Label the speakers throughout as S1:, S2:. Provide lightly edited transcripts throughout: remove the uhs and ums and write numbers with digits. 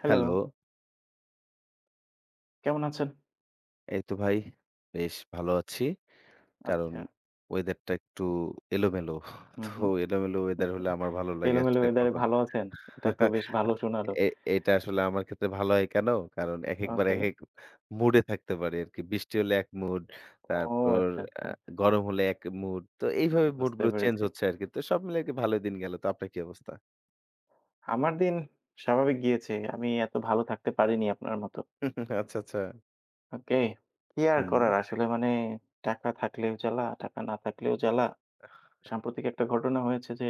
S1: Hello,
S2: hello.
S1: কেমন আছেন?
S2: এই তো ভাই বেশ ভালো আছি। কারণ
S1: আচ্ছা।
S2: ওয়েদারটা একটু এলোমেলো।
S1: হুম,
S2: তো
S1: হুম।
S2: এলোমেলো ওয়েদার হলে আমার ভালো লাগে
S1: এলোমেলো
S2: আসলে
S1: ওয়েদারে
S2: কখন।
S1: ভালো আছেন? এটা তো বেশ ভালো শোনালো।
S2: এ এটা আসলে আমার ক্ষেত্রে ভালো হয় কেন? কারণ একেকবার
S1: ওকে।
S2: একেক মুডে থাকতে পারি আরকি। বৃষ্টি হলে এক মুড,
S1: ও
S2: তারপর
S1: আচ্ছা,
S2: আ
S1: আচ্ছা, আচ্ছা।
S2: গরম হলে এক মুড। তো এইভাবে
S1: বুঝতে
S2: মুডগুলো চেঞ্জ
S1: পেরেছি।
S2: হচ্ছে আরকি। তো সব মিলে আরকি ভালোই দিন গেল। তো আপনার কি অবস্থা?
S1: আমার দিন স্বাভাবিক গিয়েছে। আমি এত ভালো থাকতে পারিনি আপনার মতো।
S2: আচ্ছা, আচ্ছা।
S1: ওকে। কি আর
S2: হুম,
S1: করার আসলে মানে টাকা থাকলেও জ্বালা, টাকা না থাকলেও জ্বালা। সাম্প্রতিক একটা ঘটনা হয়েছে যে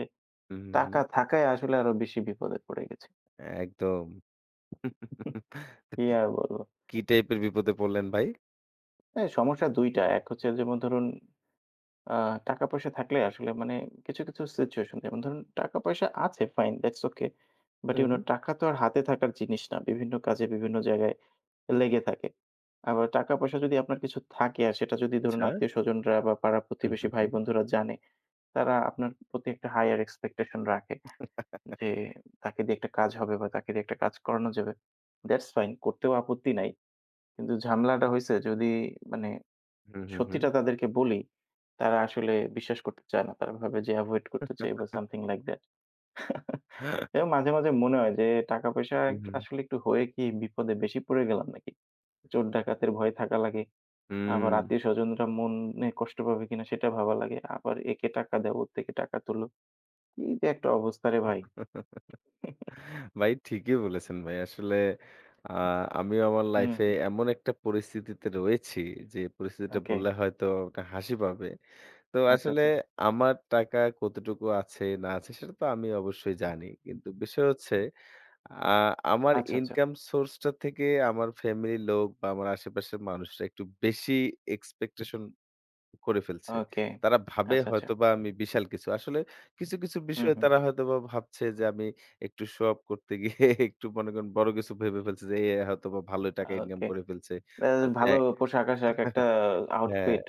S2: হুম, হুম, হুম।
S1: টাকা থাকায় আসলে আরো বেশি বিপদে পড়ে গেছি।
S2: একদম। তো
S1: কি
S2: কি,
S1: আর বলব?
S2: কি টাইপের বিপদে পড়লেন ভাই?
S1: এই সমস্যা ২ টা। এক হচ্ছে যেমন ধরুন আ টাকা-পয়সা থাকলে আসলে মানে কিছু, কিছু সিচুয়েশন যেমন ধরুন টাকা-পয়সা আছে fine, that's okay. But you
S2: hmm,
S1: no টাকা তো আর হাতে থাকার জিনিস না। বিভিন্ন কাজে বিভিন্ন জায়গায় লেগে থাকে। আবার টাকা-পয়সা যদি আপনার কিছু থাকে আর সেটা যদি ধরুন
S2: আচ্ছা।
S1: আত্মীয়স্বজনরা বা পাড়া
S2: হুম,
S1: প্রতিবেশী
S2: হুম, হুম।
S1: ভাই-বন্ধুরা জানে, তারা আপনার প্রতি একটা হাইয়ার এক্সপেকটেশন রাখে যে তাকে দিয়ে একটা কাজ হবে বা তাকে দিয়ে একটা কাজ করানো যাবে। দ্যাটস ফাইন করতেও আপত্তি নাই। কিন্তু ঝামেলাটা হইছে যদি মানে
S2: হুম, হুম, হুম।
S1: সত্যিটা তাদেরকে বলি, তারা আসলে বিশ্বাস করতে চায় না। তারা ভাবে যে এভয়েড করতে চাই বা something like that. এবং মাঝে, মাঝে মনে হয় যে টাকা-পয়সা
S2: হুম,
S1: একটু
S2: হুম,
S1: আসলে একটু হয়ে কি বিপদে বেশি পড়ে গেলাম নাকি? চোর ডাকাতের ভয়ে থাকা লাগে।
S2: হুম।
S1: আবার আত্মীয়-স্বজনরা মনে কষ্ট পাবে কিনা সেটা ভাবা লাগে। আবার একে টাকা দেও, ওর থেকে টাকা তুলো। কি যে একটা অবস্থা রে ভাই!
S2: ভাই ঠিকই বলেছেন ভাই। আসলে আ আমিও আমার
S1: হুম,
S2: লাইফে
S1: হুম।
S2: এমন একটা পরিস্থিতিতে রয়েছি যে পরিস্থিতিটা
S1: ওকে।
S2: বললে হয়তো আপনার হাসি পাবে। তো
S1: আচ্ছা,
S2: আসলে
S1: আচ্ছা।
S2: আমার টাকা কতটুকু আছে না আছে সেটা তো আমি অবশ্যই জানি। কিন্তু বিষয় হচ্ছে আ আমার
S1: আচ্ছা, আচ্ছা।
S2: ইনকাম সোর্সটা থেকে আমার ফ্যামিলির লোক বা আমার আশেপাশের মানুষরা একটু বেশি এক্সপেকটেশন করে ফেলছে।
S1: ওকে।
S2: তারা ভাবে
S1: আচ্ছা, আচ্ছা।
S2: হয়তোবা আমি বিশাল কিছু। আসলে কিছু, কিছু
S1: হুম,
S2: বিষয়ে
S1: হুম।
S2: তারা হয়তোবা ভাবছে যে আমি একটু শো অফ করতে গিয়ে একটু মনে করেন বড় কিছু ভেবে ফেলছে যে এ হয়তোবা ভালো টাকা ইনকাম
S1: ওকে।
S2: করে ফেলছে।
S1: আ
S2: আর
S1: ভালো
S2: ব্যাক
S1: পোশাক-আশাক একটা
S2: হ্যাঁ।
S1: আউটফিট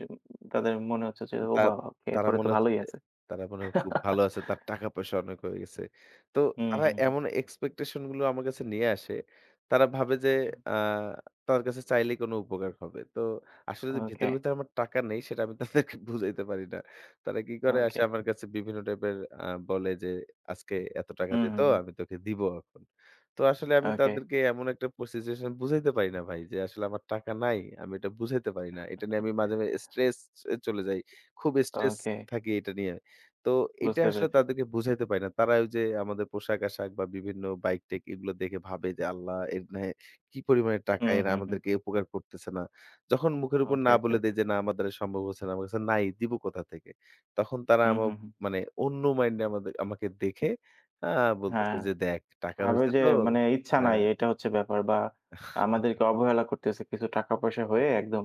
S1: তাদের মনে হচ্ছে যে, "ও
S2: তা
S1: বাবা! ওকে
S2: তারা
S1: এরপরে তো
S2: মনে হচ্ছে
S1: ভালোই
S2: যে
S1: আছে।"
S2: তারা মনে হয় খুব ভালো আছে। তার টাকা-পয়সা অনেক হয়ে গেছে। তো
S1: হুম,
S2: তারা
S1: হুম, হুম।
S2: এমন এক্সপেকটেশন গুলো আমার কাছে নিয়ে আসে। তারা ভাবে যে
S1: আচ্ছা।
S2: আ তাদের কাছে চাইলেই কোনো উপকার হবে। তো আসলে যে
S1: ওকে,
S2: ভেতরে, ভেতরে আমার টাকা নেই সেটা আমি তাদেরকে বুঝাইতে পারি না। তারা কি করে আসে
S1: ওকে।
S2: আমার কাছে বিভিন্ন টাইপের বলে যে, "আজকে এত টাকা
S1: হুম,
S2: দে
S1: হুম,
S2: তো
S1: হুম।
S2: আমি তোকে দিব এখন।" তো আসলে আমি
S1: ওকে,
S2: তাদেরকে এমন একটা সিচুয়েশন বুঝাইতে পারি না ভাই যে আসলে আমার টাকা নাই। আমি এটা বুঝাইতে পারি না। এটা নিয়ে আমি মাঝে, মাঝে স্ট্রেস এ চলে যাই। খুব স্ট্রেস
S1: ওকে।
S2: থাকি এটা নিয়ে। তো এটা
S1: বুঝতে
S2: আসলে
S1: পেরেছি।
S2: তাদেরকে বুঝাইতে পারি না। তারা ওই যে আমাদের পোশাক-আশাক বা বিভিন্ন বাইক-টাইক এগুলো দেখে ভাবে যে, "আল্লাহ! এর নে কি পরিমাণে টাকা
S1: হুম,
S2: এরা
S1: হুম, হুম।
S2: আমাদেরকে উপকার করতেছে না।" যখন মুখের উপর
S1: ওকে,
S2: না
S1: ওকে,
S2: বলে
S1: ওকে।
S2: দেই যে, "না, আমার দ্বারা সম্ভব হচ্ছে না। আমার কাছে নাই, দিব কোথা থেকে?" তখন তারা
S1: হুম,
S2: আমা
S1: হুম, হুম।
S2: মানে অন্য মাইন্ডে আমাদের আমাকে দেখে আ
S1: হ্যাঁ,
S2: বলতেছে যে, "দেখ টাকা
S1: ভাবে
S2: হইছে
S1: যে
S2: তো।"
S1: মানে ইচ্ছা নাই
S2: হ্যাঁ,
S1: এটা হচ্ছে ব্যাপার বা আমাদেরকে অবহেলা করতেছে কিছু টাকা-পয়সা হয়ে একদম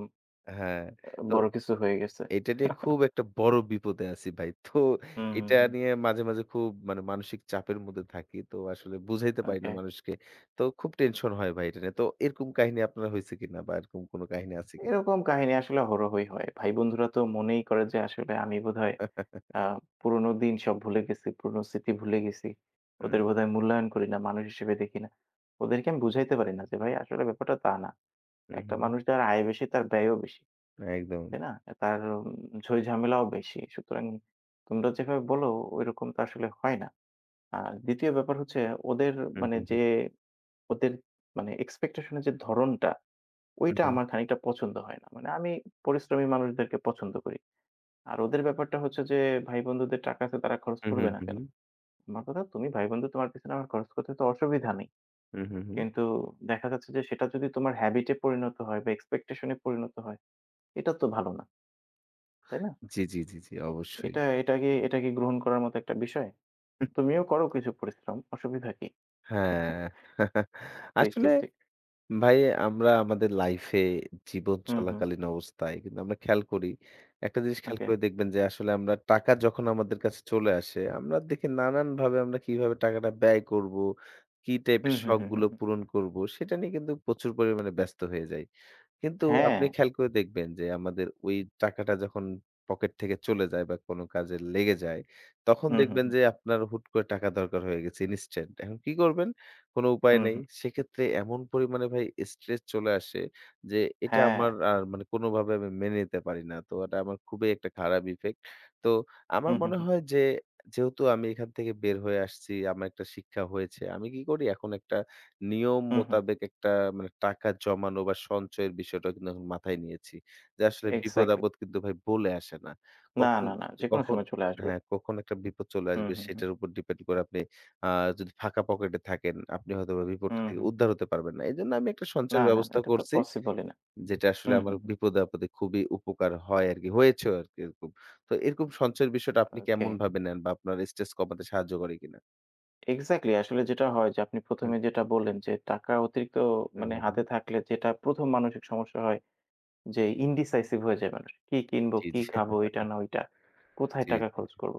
S2: হ্যাঁ। তো
S1: বড় কিছু হয়ে গেছে।
S2: এটা নিয়ে খুব একটা বড় বিপদে আছি ভাই। তো
S1: হুম, হুম,
S2: এটা
S1: হুম।
S2: নিয়ে মাঝে, মাঝে খুব মানে মানসিক চাপের মধ্যে থাকি। তো আসলে বুঝাইতে পারি না
S1: ওকে।
S2: মানুষকে। তো খুব টেনশন হয় ভাই এটা নিয়ে। তো এরকম কাহিনী আপনার হইছে কিনা বা এরকম কোনো কাহিনী আছে কিনা?
S1: এরকম কাহিনী আসলে হরহই হয়। ভাই-বন্ধুরা তো মনেই করে যে আসলে আমি বোধহয় আ পুরোনো দিন সব ভুলে গেছি, পুরোনো স্মৃতি ভুলে গেছি।
S2: হুম,
S1: ওদের বোধহয় মূল্যায়ন করি না, মানুষ হিসেবে দেখি না। ওদেরকে আমি বুঝাইতে পারি না যে ভাই আসলে ব্যাপারটা তা না।
S2: হুম,
S1: একটা
S2: হুম, হুম।
S1: মানুষ যার আয় বেশি তার ব্যয়ও বেশি।
S2: একদম।
S1: তাই না? তার ঝই-ঝামেলাও বেশি। সুতরাং তোমরা যেভাবে বলো ঐরকম তো আসলে হয় না। আর ২য় ব্যাপার হচ্ছে ওদের
S2: হুম,
S1: মানে
S2: হুম,
S1: যে
S2: হুম,
S1: ওদের মানে এক্সপেকটেশন এর যে ধরনটা
S2: হুম,
S1: ঐটা
S2: হুম,
S1: আমার খানিকটা পছন্দ হয় না। মানে আমি পরিশ্রমী মানুষদেরকে পছন্দ করি। আর ওদের ব্যাপারটা হচ্ছে যে ভাই বন্ধুদের টাকা আছে তারা খরচ
S2: হুম,
S1: করবে না
S2: হুম,
S1: কেন? আমার কথা তুমি ভাই-বন্ধু তোমার পেছনে আমার খরচ করতে তো অসুবিধা নেই।
S2: হুম, হুম, হুম।
S1: কিন্তু দেখা যাচ্ছে যে সেটা যদি তোমার habit এ পরিণত হয় বা expectation এ পরিণত হয়, এটা তো ভালো না। তাই না?
S2: জি, জি, জি, জি অবশ্যই।
S1: এটা এটা কি এটা কি গ্রহণ করার মতো একটা বিষয়? তুমিও করো কিছু পরিশ্রম, অসুবিধা কি?
S2: হ্যাঁ।
S1: ঠিক,
S2: আসলে
S1: ঠিক, ঠিক।
S2: ভাই আমরা আমাদের লাইফে জীবন
S1: হুম, হুম।
S2: চলাকালীন অবস্থায় কিন্তু আমরা খেয়াল করি, একটা জিনিস খেয়াল
S1: ওকে।
S2: করে দেখবেন যে আসলে আমরা টাকা যখন আমাদের কাছে চলে আসে, আমরা দেখি নানানভাবে আমরা কিভাবে টাকাটা ব্যয় করব, কি
S1: হুম,
S2: টাইপের
S1: হুম, হুম, হুম,
S2: শখগুলো
S1: হুম।
S2: পূরণ করব, সেটা নিয়ে কিন্তু প্রচুর পরিমাণে ব্যস্ত হয়ে যাই। কিন্তু
S1: হ্যাঁ।
S2: আপনি খেয়াল করে দেখবেন যে আমাদের ওই টাকাটা যখন পকেট থেকে চলে যায় বা কোনো কাজে লেগে যায়, তখন
S1: হুম, হুম,
S2: দেখবেন
S1: হুম।
S2: যে আপনার হুট করে টাকা দরকার হয়ে গেছে ইনস্ট্যান্ট। এখন কি করবেন? কোনো উপায়
S1: হুম,
S2: নেই।
S1: হুম।
S2: সেক্ষেত্রে এমন পরিমাণে ভাই স্ট্রেস চলে আসে যে এটা
S1: হ্যাঁ।
S2: আমার আর মানে কোনোভাবে আমি মেনে নিতে পারি না। তো এটা আমার খুবই একটা খারাপ ইফেক্ট। তো আমার
S1: হুম, হুম,
S2: মনে
S1: হুম।
S2: হয় যে যেহেতু আমি এখান থেকে বের হয়ে আসছি, আমার একটা শিক্ষা হয়েছে। আমি কি করি? এখন একটা নিয়ম
S1: হুম, হুম।
S2: মোতাবেক একটা মানে টাকা জমানো বা সঞ্চয়ের বিষয়টা কিন্তু এখন মাথায় নিয়েছি। যে আসলে
S1: এক্সাক্টলি।
S2: বিপদ-আপদ কিন্তু ভাই বলে আসে না।
S1: না,
S2: কখন
S1: না, না। যেকোনো
S2: কখন
S1: সময় চলে আসবে।
S2: হ্যাঁ, কখন একটা বিপদ চলে
S1: হুম,
S2: আসবে
S1: হুম, হুম।
S2: সেটার উপর ডিপেন্ড করে আপনি আ যদি ফাঁকা পকেটে থাকেন, আপনি হয়তোবা বিপদটা
S1: হুম,
S2: থেকে
S1: হুম, হুম।
S2: উদ্ধার হতে পারবেন না। এজন্য আমি একটা
S1: না,
S2: সঞ্চয়ের
S1: না, না।
S2: ব্যবস্থা
S1: এটা তো
S2: করছি,
S1: পসিবলই না।
S2: যেটা আসলে
S1: হুম,
S2: আমার
S1: হুম, হুম।
S2: বিপদে-আপদে খুবই উপকার হয় আরকি। হয়েছেও আরকি এরকম। তো এরকম সঞ্চয়ের বিষয়টা আপনি
S1: ওকে।
S2: কেমনভাবে নেন বা আপনার স্ট্রেস কমাতে সাহায্য করে কিনা?
S1: এক্সাক্টলি আসলে যেটা হয় যে আপনি ১ম
S2: হুম,
S1: এ যেটা বললেন যে টাকা অতিরিক্ত
S2: হুম,
S1: মানে
S2: হুম,
S1: হাতে
S2: হুম।
S1: থাকলে যেটা ১ম মানসিক সমস্যা হয় যে ইনডিসাইসিভ হয়ে যায় মানুষ। কি কিনবো,
S2: জি,
S1: কি
S2: জি,
S1: খাবো, এটা না ওইটা। কোথায়
S2: জি,
S1: টাকা
S2: জি।
S1: খরচ করব?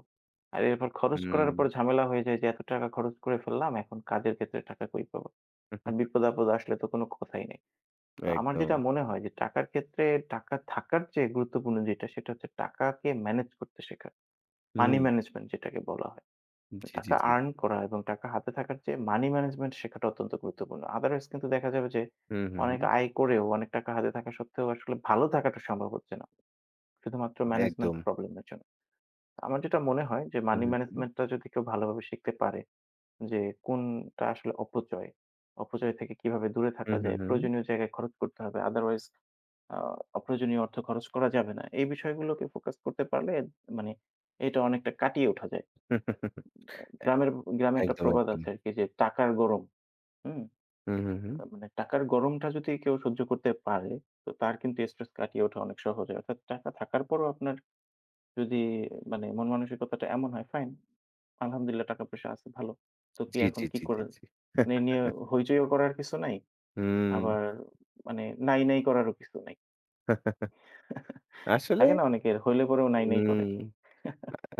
S1: আর এরপর খরচ
S2: হুম।
S1: করার পর ঝামেলা হয়ে যায় যে এত টাকা খরচ করে ফেললাম, এখন কাজের ক্ষেত্রে টাকা কই পাবো? আর বিপদ-আপদ আসলে তো কোনো কথাই নেই। তো আমার
S2: একদম।
S1: যেটা মনে হয় যে টাকার ক্ষেত্রে টাকা থাকার চেয়ে গুরুত্বপূর্ণ যেটা সেটা হচ্ছে টাকাকে ম্যানেজ করতে শেখা। মানি
S2: হুম।
S1: ম্যানেজমেন্ট যেটাকে বলা হয়।
S2: জি, জি,
S1: টাকা
S2: জি।
S1: আর্ন করা এবং টাকা হাতে থাকার যে মানি ম্যানেজমেন্ট শেখাটা অত্যন্ত গুরুত্বপূর্ণ। আদারওয়াইজ কিন্তু দেখা যাবে যে
S2: হুম, হুম,
S1: অনেক
S2: হুম।
S1: আয় করেও অনেক টাকা হাতে থাকা সত্ত্বেও আসলে ভালো থাকাটা সম্ভব হচ্ছে না। শুধুমাত্র ম্যানেজমেন্ট
S2: একদম।
S1: প্রবলেম এর জন্য। আমার যেটা মনে হয় যে
S2: হুম,
S1: মানি
S2: হুম, হুম।
S1: ম্যানেজমেন্টটা যদি কেউ ভালোভাবে শিখতে পারে যে কোনটা আসলে অপচয়, অপচয় থেকে কিভাবে দূরে থাকা
S2: হুম,
S1: যায়,
S2: হুম, হুম।
S1: প্রয়োজনীয় জায়গায় খরচ করতে হবে। আদারওয়াইজ আ অপ্রয়োজনীয় অর্থ খরচ করা যাবে না। এই বিষয়গুলোকে ফোকাস করতে পারলে মানে এটা অনেকটা কাটিয়ে ওঠা যায়। গ্রামের গ্রামে একটা
S2: একদম,
S1: প্রবাদ
S2: একদম।
S1: আছে আরকি যে, "টাকার গরম।" হুম?
S2: হুম, হুম, হুম।
S1: মানে টাকার গরমটা যদি কেউ সহ্য করতে পারে, তো তার কিন্তু স্ট্রেস কাটিয়ে ওঠা অনেক সহজ হয়। অর্থাৎ টাকা থাকার পরেও আপনার যদি মানে মন মানসিকতাটা এমন হয়, "ফাইন, আলহামদুলিল্লাহ টাকা-পয়সা আছে ভালো। তো কি
S2: জি,
S1: এখন
S2: জি,
S1: কি
S2: জি, জি,
S1: করে?"
S2: জি।
S1: মানে এ নিয়ে হইচইও করার কিছু নাই,
S2: হুম।
S1: আবার মানে নাই, নাই করারও কিছু নাই।
S2: আসলে
S1: থাকে না অনেকের হইলে পরেও নাই, নাই করে।
S2: হুম।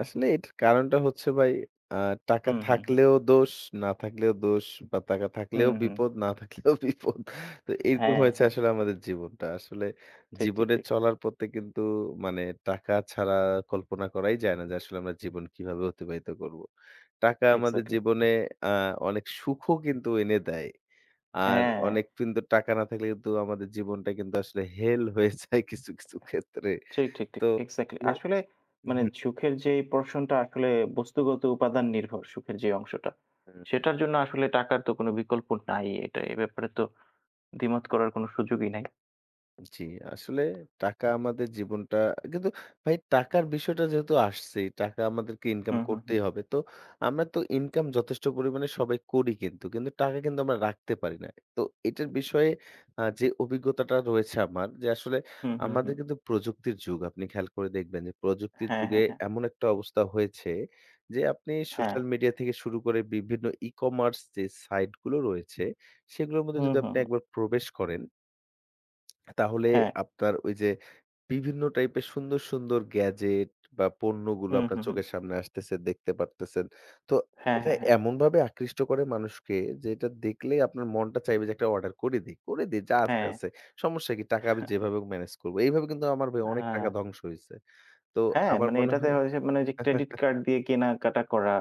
S2: আসলে এটার কারণটা হচ্ছে ভাই আ টাকা
S1: হুম, হুম, হুম।
S2: থাকলেও দোষ, না থাকলেও দোষ বা টাকা
S1: হুম,
S2: থাকলেও
S1: হুম, হুম।
S2: বিপদ, না থাকলেও বিপদ। তো এরকম
S1: হ্যাঁ,
S2: হয়েছে
S1: হ্যাঁ।
S2: আসলে আমাদের জীবনটা। আসলে
S1: ঠিক, ঠিক,
S2: জীবনে
S1: ঠিক।
S2: চলার পথে কিন্তু মানে টাকা ছাড়া কল্পনা করাই যায় না যে আসলে আমরা জীবন কিভাবে অতিবাহিত করব। টাকা আমাদের
S1: এক্সাক্টলি।
S2: জীবনে আ অনেক সুখও কিন্তু এনে দেয়। আর
S1: হ্যাঁ।
S2: অনেক কিন্তু টাকা না থাকলে কিন্তু আমাদের জীবনটা কিন্তু আসলে হেল হয়ে যায় কিছু, কিছু ক্ষেত্রে।
S1: ঠিক, ঠিক,
S2: তো
S1: ঠিক। এক্সাক্টলি।
S2: আসলে
S1: আসলে মানে
S2: হুম।
S1: সুখের যে পোরশনটা আসলে বস্তুগত উপাদান নির্ভর সুখের যে অংশটা।
S2: হ্যাঁ।
S1: সেটার জন্য আসলে টাকার তো কোনো বিকল্প নাই। এটা এ ব্যাপারে তো দ্বিমত করার কোনো সুযোগই নাই।
S2: জি, আসলে টাকা আমাদের জীবনটা কিন্তু ভাই টাকার বিষয়টা যেহেতু আসছেই, টাকা আমাদেরকে ইনকাম
S1: হুম, হুম, হুম।
S2: করতেই হবে। তো আমরা তো ইনকাম যথেষ্ট পরিমাণে সবাই করি কিন্তু, কিন্তু টাকা কিন্তু আমরা রাখতে পারি না। তো এটার বিষয়ে যে অভিজ্ঞতাটা রয়েছে আমার যে আসলে
S1: হুম, হুম,
S2: আমাদের
S1: হুম।
S2: কিন্তু প্রযুক্তির যুগ। আপনি খেয়াল করে দেখবেন যে প্রযুক্তির
S1: হ্যাঁ,
S2: যুগে
S1: হ্যাঁ, হ্যাঁ।
S2: এমন একটা অবস্থা হয়েছে যে আপনি
S1: হ্যাঁ।
S2: সোশ্যাল মিডিয়া থেকে শুরু করে বিভিন্ন ই-কমার্স যে সাইট গুলো রয়েছে, সেগুলোর মধ্যে
S1: হুম,
S2: যদি
S1: হুম,
S2: আপনি
S1: হুম।
S2: একবার প্রবেশ করেন তাহলে
S1: হ্যাঁ।
S2: আপনার ওই যে বিভিন্ন টাইপের সুন্দর, সুন্দর গ্যাজেট বা পণ্যগুলো
S1: হুম,
S2: আপনার
S1: হুম, হুম।
S2: চোখের সামনে আসতেছে, দেখতে পারতেছেন। তো
S1: হ্যাঁ,
S2: এটা
S1: হ্যাঁ, হ্যাঁ।
S2: এমনভাবে আকৃষ্ট করে মানুষকে যে এটা দেখলেই আপনার মনটা চাইবে যে একটা অর্ডার করে দেই, করে দেই যা আছে,
S1: হ্যাঁ,
S2: আছে। সমস্যা কি? টাকা আমি যেভাবে হোক ম্যানেজ করব। এইভাবে কিন্তু আমার ভাই অনেক
S1: হ্যাঁ।
S2: টাকা ধ্বংস হইছে। তো
S1: হ্যাঁ,
S2: আমার
S1: মানে
S2: মনে
S1: এটাতে
S2: হয়।
S1: হয় যে মানে যে ক্রেডিট কার্ড দিয়ে কেনাকাটা করা,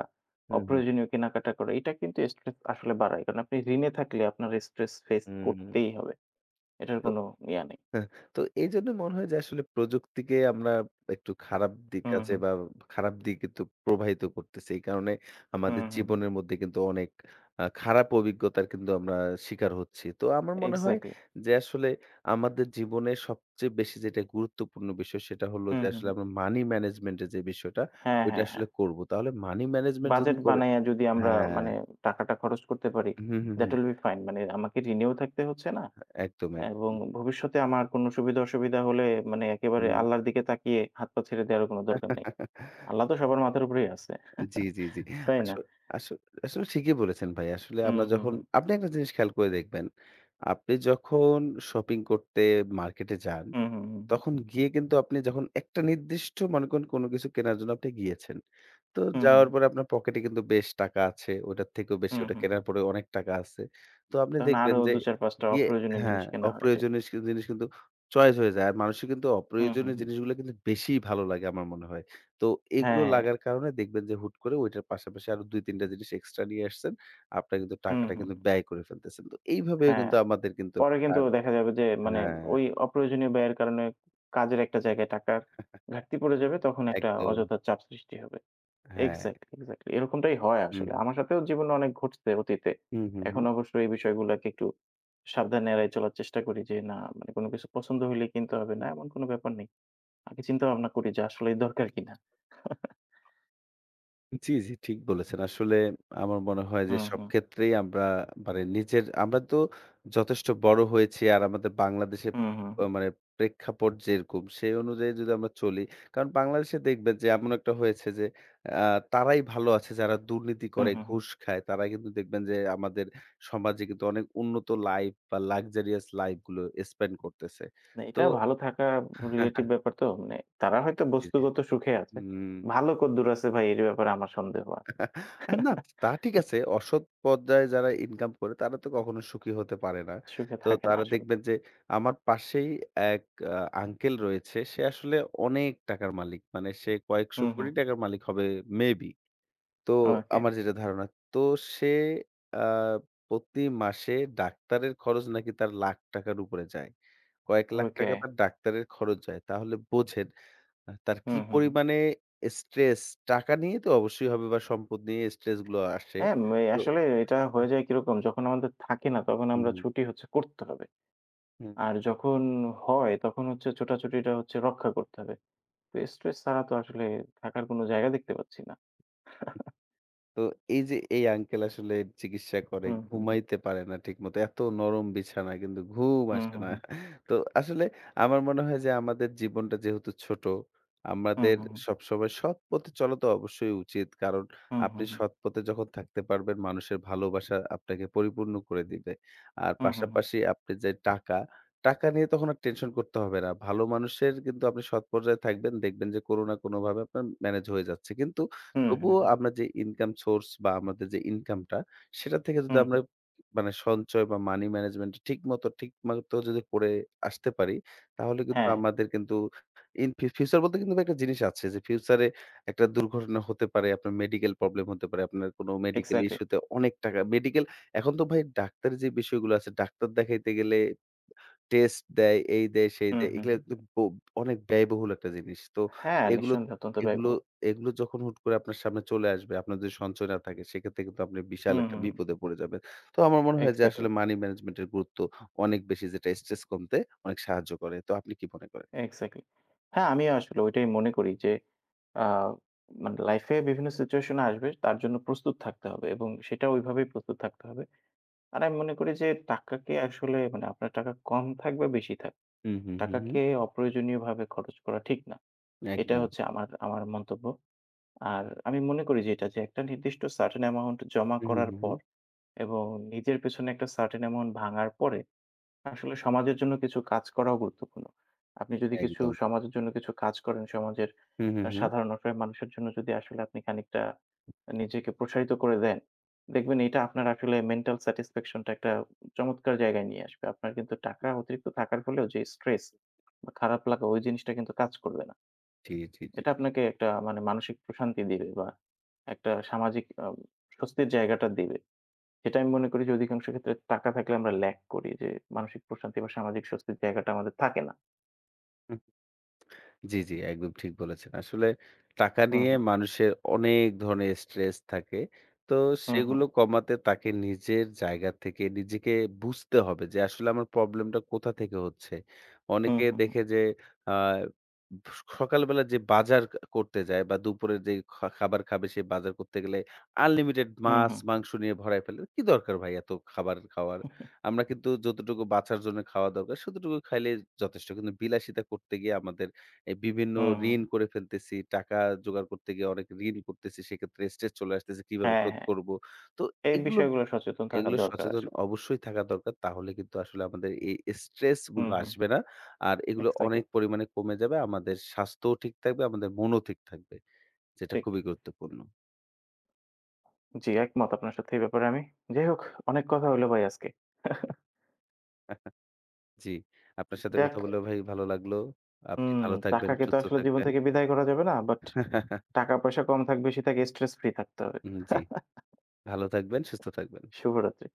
S2: হুম, হুম,
S1: অপ্রয়োজনীয় কেনাকাটা করা এটা কিন্তু স্ট্রেস আসলে বাড়ায়। কারণ আপনি ঋণে থাকলে আপনার স্ট্রেস ফেস
S2: হুম।
S1: করতেই হবে। এটার কোনো ইয়া নেই।
S2: হ্যাঁ, তো এইজন্য মনে হয় যে আসলে প্রযুক্তিকে আমরা একটু খারাপ দিক
S1: হুম,
S2: আছে
S1: হুম।
S2: বা খারাপ দিক কিন্তু প্রবাহিত করতেছি। এই কারণে
S1: হুম,
S2: আমাদের
S1: হুম, হুম।
S2: জীবনের মধ্যে কিন্তু অনেক খারাপ অভিজ্ঞতার কিন্তু আমরা শিকার হচ্ছি। তো আমার মনে হয়
S1: এক্সাক্টলি।
S2: যে আসলে আমাদের জীবনে সবচেয়ে বেশি যেটা গুরুত্বপূর্ণ বিষয় সেটা হলো
S1: হুম,
S2: যে
S1: হুম,
S2: আসলে
S1: হুম।
S2: আমরা মানি ম্যানেজমেন্ট এর যে বিষয়টা
S1: হ্যাঁ,
S2: ওইটা
S1: হ্যাঁ, হ্যাঁ।
S2: আসলে করব। তাহলে মানি ম্যানেজমেন্ট যদি
S1: বাজেট
S2: করে।
S1: বানাইয়া যদি আমরা
S2: হ্যাঁ,
S1: মানে টাকাটা খরচ করতে পারি,
S2: hmm, hmm,
S1: that
S2: hmm.
S1: Will be fine. মানে আমাকে ঋণেও থাকতে হচ্ছে না
S2: একদম,
S1: এবং
S2: একদম।
S1: ভবিষ্যতে আমার কোনো সুবিধা-অসুবিধা হলে মানে একেবারে
S2: হুম।
S1: আল্লাহর দিকে তাকিয়ে হাত পা ছেড়ে দেওয়ারও কোনো দরকার নেই। আল্লাহ তো সবার মাথার উপরেই আছে।
S2: জি, জি, জি।
S1: তাই
S2: আস
S1: না?
S2: আসো আসলে ঠিকই বলেছেন ভাই। আসলে
S1: হুম,
S2: আমরা
S1: হুম,
S2: যখন
S1: হুম।
S2: আপনি একটা জিনিস খেয়াল করে দেখবেন। আপনি যখন শপিং করতে মার্কেটে যান,
S1: হুম, হুম, হুম, হুম।
S2: তখন গিয়ে কিন্তু আপনি যখন একটা নির্দিষ্ট মনে করেন কোনো কিছু কেনার জন্য আপনি গিয়েছেন। তো
S1: হুম, হুম,
S2: যাওয়ার
S1: হুম।
S2: পরে আপনার পকেটে কিন্তু বেশ টাকা আছে। ওটার থেকেও বেশি
S1: হুম,
S2: ওটা
S1: হুম, হুম।
S2: কেনার পরে অনেক টাকা আছে। তো আপনি
S1: তখন আরো
S2: দেখবেন যে
S1: ২-৪-৫ টা
S2: গিয়ে
S1: অপ্রয়োজনীয় জিনিস
S2: হ্যাঁ,
S1: কেনা হয়ে যায়।
S2: অপ্রয়োজনীয় জিনিস কিন্তু চয়েস হয়ে যায়। আর মানুষের কিন্তু
S1: হুম, হুম,
S2: অপ্রয়োজনীয়
S1: হুম।
S2: জিনিসগুলো কিন্তু বেশিই ভালো লাগে আমার মনে হয়। তো
S1: হ্যাঁ,
S2: এগুলো
S1: হ্যাঁ।
S2: লাগার কারণে দেখবেন যে হুট করে ওইটার পাশাপাশি আরো ২-৩ টা জিনিস এক্সট্রা নিয়ে আসছেন। আপনার কিন্তু
S1: হুম,
S2: টাকাটা
S1: হুম, হুম।
S2: কিন্তু ব্যয় করে ফেলতেছেন। তো এইভাবেও
S1: হ্যাঁ।
S2: কিন্তু আমাদের কিন্তু
S1: পরে
S2: একটা
S1: কিন্তু
S2: কার।
S1: দেখা যাবে যে মানে
S2: হ্যাঁ,
S1: ওই অপ্রয়োজনীয় ব্যয়ের কারণে কাজের একটা জায়গায় টাকার ঘাটতি পড়ে যাবে, তখন একটা
S2: একদম।
S1: অযথা চাপ সৃষ্টি হবে।
S2: হ্যাঁ।
S1: এক্সাক্টলি, এক্সাক্টলি এরকমটাই হয়
S2: হুম,
S1: আসলে।
S2: হুম,
S1: আমার সাথেও জীবনে অনেক ঘটছে অতীতে।
S2: হুম, হুম,
S1: এখন
S2: হুম।
S1: অবশ্য এই বিষয়গুলাকে একটু সাবধানে এড়ায় চলার চেষ্টা করি যে, না মানে কোনো কিছু পছন্দ হইলেই কিনতে হবে না,
S2: হুম।
S1: এমন কোনো ব্যাপার নেই। আগে চিন্তা ভাবনা করি যে আসলেই দরকার কিনা।
S2: জি, জি, ঠিক বলেছেন। আসলে আমার মনে হয় যে
S1: হুম,
S2: সব
S1: হুম।
S2: ক্ষেত্রেই আমরা মানে নিজের আমরা তো যথেষ্ট বড় হয়েছি আর আমাদের বাংলাদেশের
S1: হুম, হুম, হুম।
S2: মানে প্রেক্ষাপট যেরকম সেই অনুযায়ী যদি আমরা চলি। কারণ বাংলাদেশে দেখবেন যে এমন একটা হয়েছে যে আ তারাই ভালো আছে যারা দুর্নীতি
S1: হুম,
S2: করে,
S1: হুম, হুম।
S2: ঘুষ খায়। তারা কিন্তু দেখবেন যে আমাদের সমাজে কিন্তু অনেক উন্নত লাইফ বা luxurious লাইফ গুলো স্পেন্ড করতেছে।
S1: না,
S2: তো
S1: এটা ভালো থাকা রিলেটিভ ব্যাপার তো। মানে তারা হয়তো
S2: জি, জি।
S1: বস্তুগত সুখে আছে।
S2: হুম।
S1: ভালো কদ্দুর আছে ভাই এর ব্যাপারে আমার সন্দেহ আছে।
S2: না তা ঠিক আছে। অসৎ পর্যায়ে যারা ইনকাম করে তারা তো কখনো সুখী হতে পারে না।
S1: সুখে
S2: তো
S1: থাকে না
S2: তারা
S1: আসলে।
S2: দেখবেন যে আমার পাশেই এক আ আঙ্কেল রয়েছে। সে আসলে অনেক টাকার মালিক। মানে সে কয়েকশো
S1: হুম, হুম।
S2: কোটি টাকার মালিক হবে মেবি। তো
S1: ওকে,
S2: আমার যেটা ধারণা। তো সে আ প্রতি মাসে ডাক্তারের খরচ নাকি তার লাখ টাকার উপরে যায়। কয়েক লাখ
S1: ওকে।
S2: টাকা তার ডাক্তারের খরচ যায়। তাহলে বোঝেন তার কি
S1: হুম, হুম, হুম।
S2: পরিমাণে স্ট্রেস টাকা নিয়ে তো অবশ্যই হবে বা সম্পদ নিয়ে স্ট্রেস গুলো আসে।
S1: হ্যাঁ, মে
S2: তো
S1: আসলে এটা হয়ে যায় কিরকম যখন আমাদের থাকে না তখন আমরা
S2: হুম,
S1: ছুটি হচ্ছে করতে হবে।
S2: হুম।
S1: আর যখন হয় তখন হচ্ছে ছোটাছুটিটা হচ্ছে রক্ষা করতে হবে। তো স্ট্রেস ছাড়া তো আসলে থাকার কোনো জায়গা দেখতে পাচ্ছি না।
S2: তো এই যে এই আঙ্কেল আসলে চিকিৎসা করে,
S1: হুম, হুম, হুম।
S2: ঘুমাইতে পারে না ঠিকমতো। এত নরম বিছানা কিন্তু ঘুম
S1: হুম,
S2: আসে
S1: হুম,
S2: না।
S1: হুম।
S2: তো আসলে আমার মনে হয় যে আমাদের জীবনটা যেহেতু ছোট,
S1: হুম,
S2: আমাদের
S1: হুম, হুম।
S2: সবসময় সৎ পথে চলা তো অবশ্যই উচিত। কারণ
S1: হুম, হুম,
S2: আপনি
S1: হুম।
S2: সৎ পথে যখন থাকতে পারবেন মানুষের ভালোবাসা আপনাকে পরিপূর্ণ করে দিবে। আর
S1: হুম, হুম, হুম।
S2: পাশাপাশি আপনি যে টাকা, টাকা নিয়ে তখন আর টেনশন করতে হবে না। ভালো মানুষের কিন্তু আপনি সৎ পর্যায়ে থাকবেন দেখবেন যে কোনো না কোনোভাবে আপনার ম্যানেজ হয়ে যাচ্ছে। কিন্তু
S1: হুম, হুম,
S2: তবুও
S1: হুম।
S2: আমরা যে ইনকাম সোর্স বা আমাদের যে ইনকামটা, সেটা থেকে যদি
S1: হুম,
S2: আমরা
S1: হুম।
S2: মানে সঞ্চয় বা মানি ম্যানেজমেন্ট ঠিকমতো ঠিকমতো যদি করে আসতে পারি, তাহলে কিন্তু
S1: হ্যাঁ।
S2: আমাদের কিন্তু ইন ফি ফিউচার বলতে কিন্তু ভাই একটা জিনিস আছে যে ফিউচারে একটা দুর্ঘটনা হতে পারে, আপনার মেডিকেল প্রবলেম হতে পারে, আপনার কোনো মেডিকেল
S1: এক্সাক্টলি।
S2: ইস্যুতে অনেক টাকা মেডিকেল। এখন তো ভাই ডাক্তারের যে বিষয়গুলো আছে, ডাক্তার দেখাইতে গেলে টেস্ট দেয়, এই দেয়, সেই
S1: হুম,
S2: দেয়।
S1: হুম,
S2: এগুলা
S1: হুম।
S2: তো ব অনেক ব্যয়বহুল একটা জিনিস। তো
S1: হ্যাঁ,
S2: এগুলো,
S1: নিঃসন্দেহে অত্যন্ত
S2: এগুলো,
S1: ব্যয়বহুল।
S2: এগুলো যখন হুট করে আপনার সামনে চলে আসবে, আপনার যদি সঞ্চয় না থাকে সেক্ষেত্রে কিন্তু আপনি বিশাল
S1: হুম,
S2: একটা
S1: হুম, হুম।
S2: বিপদে পড়ে যাবেন। তো আমার মনে হয় যে
S1: এক্সাক্টলি,
S2: আসলে মানি ম্যানেজমেন্ট এর গুরুত্ব অনেক বেশি যেটা স্ট্রেস কমতে অনেক সাহায্য করে। তো আপনি কি মনে করেন?
S1: এক্সাক্টলি। হ্যাঁ, আমিও আসলে ওইটাই মনে করি যে আ মানে লাইফে বিভিন্ন সিচুয়েশন আসবে তার জন্য প্রস্তুত থাকতে হবে এবং সেটা ওইভাবেই প্রস্তুত থাকতে হবে। আর আমি মনে করি যে টাকাকে আসলে মানে আপনার টাকা কম থাক বা বেশি থাক,
S2: হুম, হুম, হুম, হুম।
S1: টাকাকে অপ্রয়োজনীয়ভাবে খরচ করা ঠিক না। এটা
S2: একদম।
S1: হচ্ছে আমার আমার মন্তব্য। আর আমি মনে করি যে এটা যে একটা নির্দিষ্ট সার্টেন অ্যামাউন্ট জমা
S2: হুম, হুম,
S1: করার
S2: হুম,
S1: পর
S2: হুম।
S1: এবং নিজের পেছনে একটা সার্টেন অ্যামাউন্ট ভাঙার পরে আসলে সমাজের জন্য কিছু কাজ করাও গুরুত্বপূর্ণ। আপনি যদি কিছু
S2: একদম।
S1: সমাজের জন্য কিছু কাজ করেন, সমাজের
S2: হুম, হুম, হুম।
S1: সাধারণ অসহায় মানুষের জন্য যদি আসলে আপনি খানিকটা নিজেকে প্রসারিত করে দেন, দেখবেন এটা আপনার আসলে মেন্টাল স্যাটিসফ্যাকশন টা একটা চমৎকার জায়গায় নিয়ে আসবে। আপনার কিন্তু টাকা অতিরিক্ত থাকার ফলেও যে স্ট্রেস বা খারাপ লাগা ওই জিনিসটা কিন্তু কাজ করবে না।
S2: জি, জি, জি।
S1: এটা আপনাকে একটা মানে মানসিক প্রশান্তি দিবে বা একটা সামাজিক স্বস্তির জায়গাটা দিবে। সেটা আমি মনে করি যে অধিকাংশ ক্ষেত্রে টাকা থাকলে আমরা ল্যাক করি যে মানসিক প্রশান্তি বা সামাজিক স্বস্তির জায়গাটা আমাদের থাকে না।
S2: হুম। জি, জি, একদম ঠিক বলেছেন। আসলে টাকা
S1: হুম,
S2: নিয়ে
S1: হুম,
S2: মানুষের অনেক ধরনের স্ট্রেস থাকে। তো
S1: হুম, হুম,
S2: সেগুলো কমাতে তাকে নিজের জায়গা থেকে নিজেকে বুঝতে হবে যে আসলে আমার প্রবলেমটা কোথা থেকে হচ্ছে।
S1: হুম,
S2: অনেকে
S1: হুম,
S2: দেখে যে আ সকালবেলা যে বাজার করতে যায় বা দুপুরের যে খাবার খাবে সে বাজার করতে গেলে আনলিমিটেড
S1: হুম,
S2: মাছ,
S1: হুম,
S2: মাংস নিয়ে ভরায় ফেলে। কি দরকার ভাই এত খাবার খাওয়ার? আমরা কিন্তু যতটুকু বাঁচার জন্য খাওয়া দরকার, ততটুকু খাইলেই যথেষ্ট। কিন্তু বিলাসিতা করতে গিয়ে আমাদের এই বিভিন্ন
S1: হুম, হুম।
S2: ঋণ করে ফেলতেছি। টাকা জোগাড় করতে গিয়ে অনেক ঋণ করতেছি। সেক্ষেত্রে স্ট্রেস চলে আসতেছে। কিভাবে
S1: হ্যাঁ,
S2: শোধ
S1: হ্যাঁ।
S2: করব? তো
S1: এই
S2: এগুলো,
S1: বিষয়গুলো সচেতন থাকা
S2: এগুলো
S1: দরকার
S2: সচেতন
S1: আসলে।
S2: অবশ্যই থাকা দরকার। তাহলে কিন্তু আসলে আমাদের এই স্ট্রেস
S1: হুম,
S2: গুলো
S1: হুম,
S2: আসবে না। আর এগুলো
S1: এক্সাক্টলি
S2: অনেক পরিমাণে কমে যাবে। আমাদের স্বাস্থ্যও ঠিক থাকবে, আমাদের মনও ঠিক থাকবে। যেটা
S1: ঠিক।
S2: খুবই গুরুত্বপূর্ণ।
S1: জি, একমত আপনার সাথে এই ব্যাপারে আমি। যাই হোক অনেক কথা হলো ভাই আজকে।
S2: জি। আপনার সাথে
S1: যাক
S2: কথা বলে ভাই ভালো লাগলো। আপনি
S1: হুম,
S2: ভালো থাকবেন,
S1: টাকাকে তো
S2: সুস্থ
S1: আসলে জীবন
S2: থাকবেন।
S1: থেকে বিদায় করা যাবে না। বাট টাকা পয়সা কম থাক বেশি থাক স্ট্রেস ফ্রি থাকতে হবে।
S2: জি। ভালো থাকবেন, সুস্থ থাকবেন।
S1: শুভরাত্রি।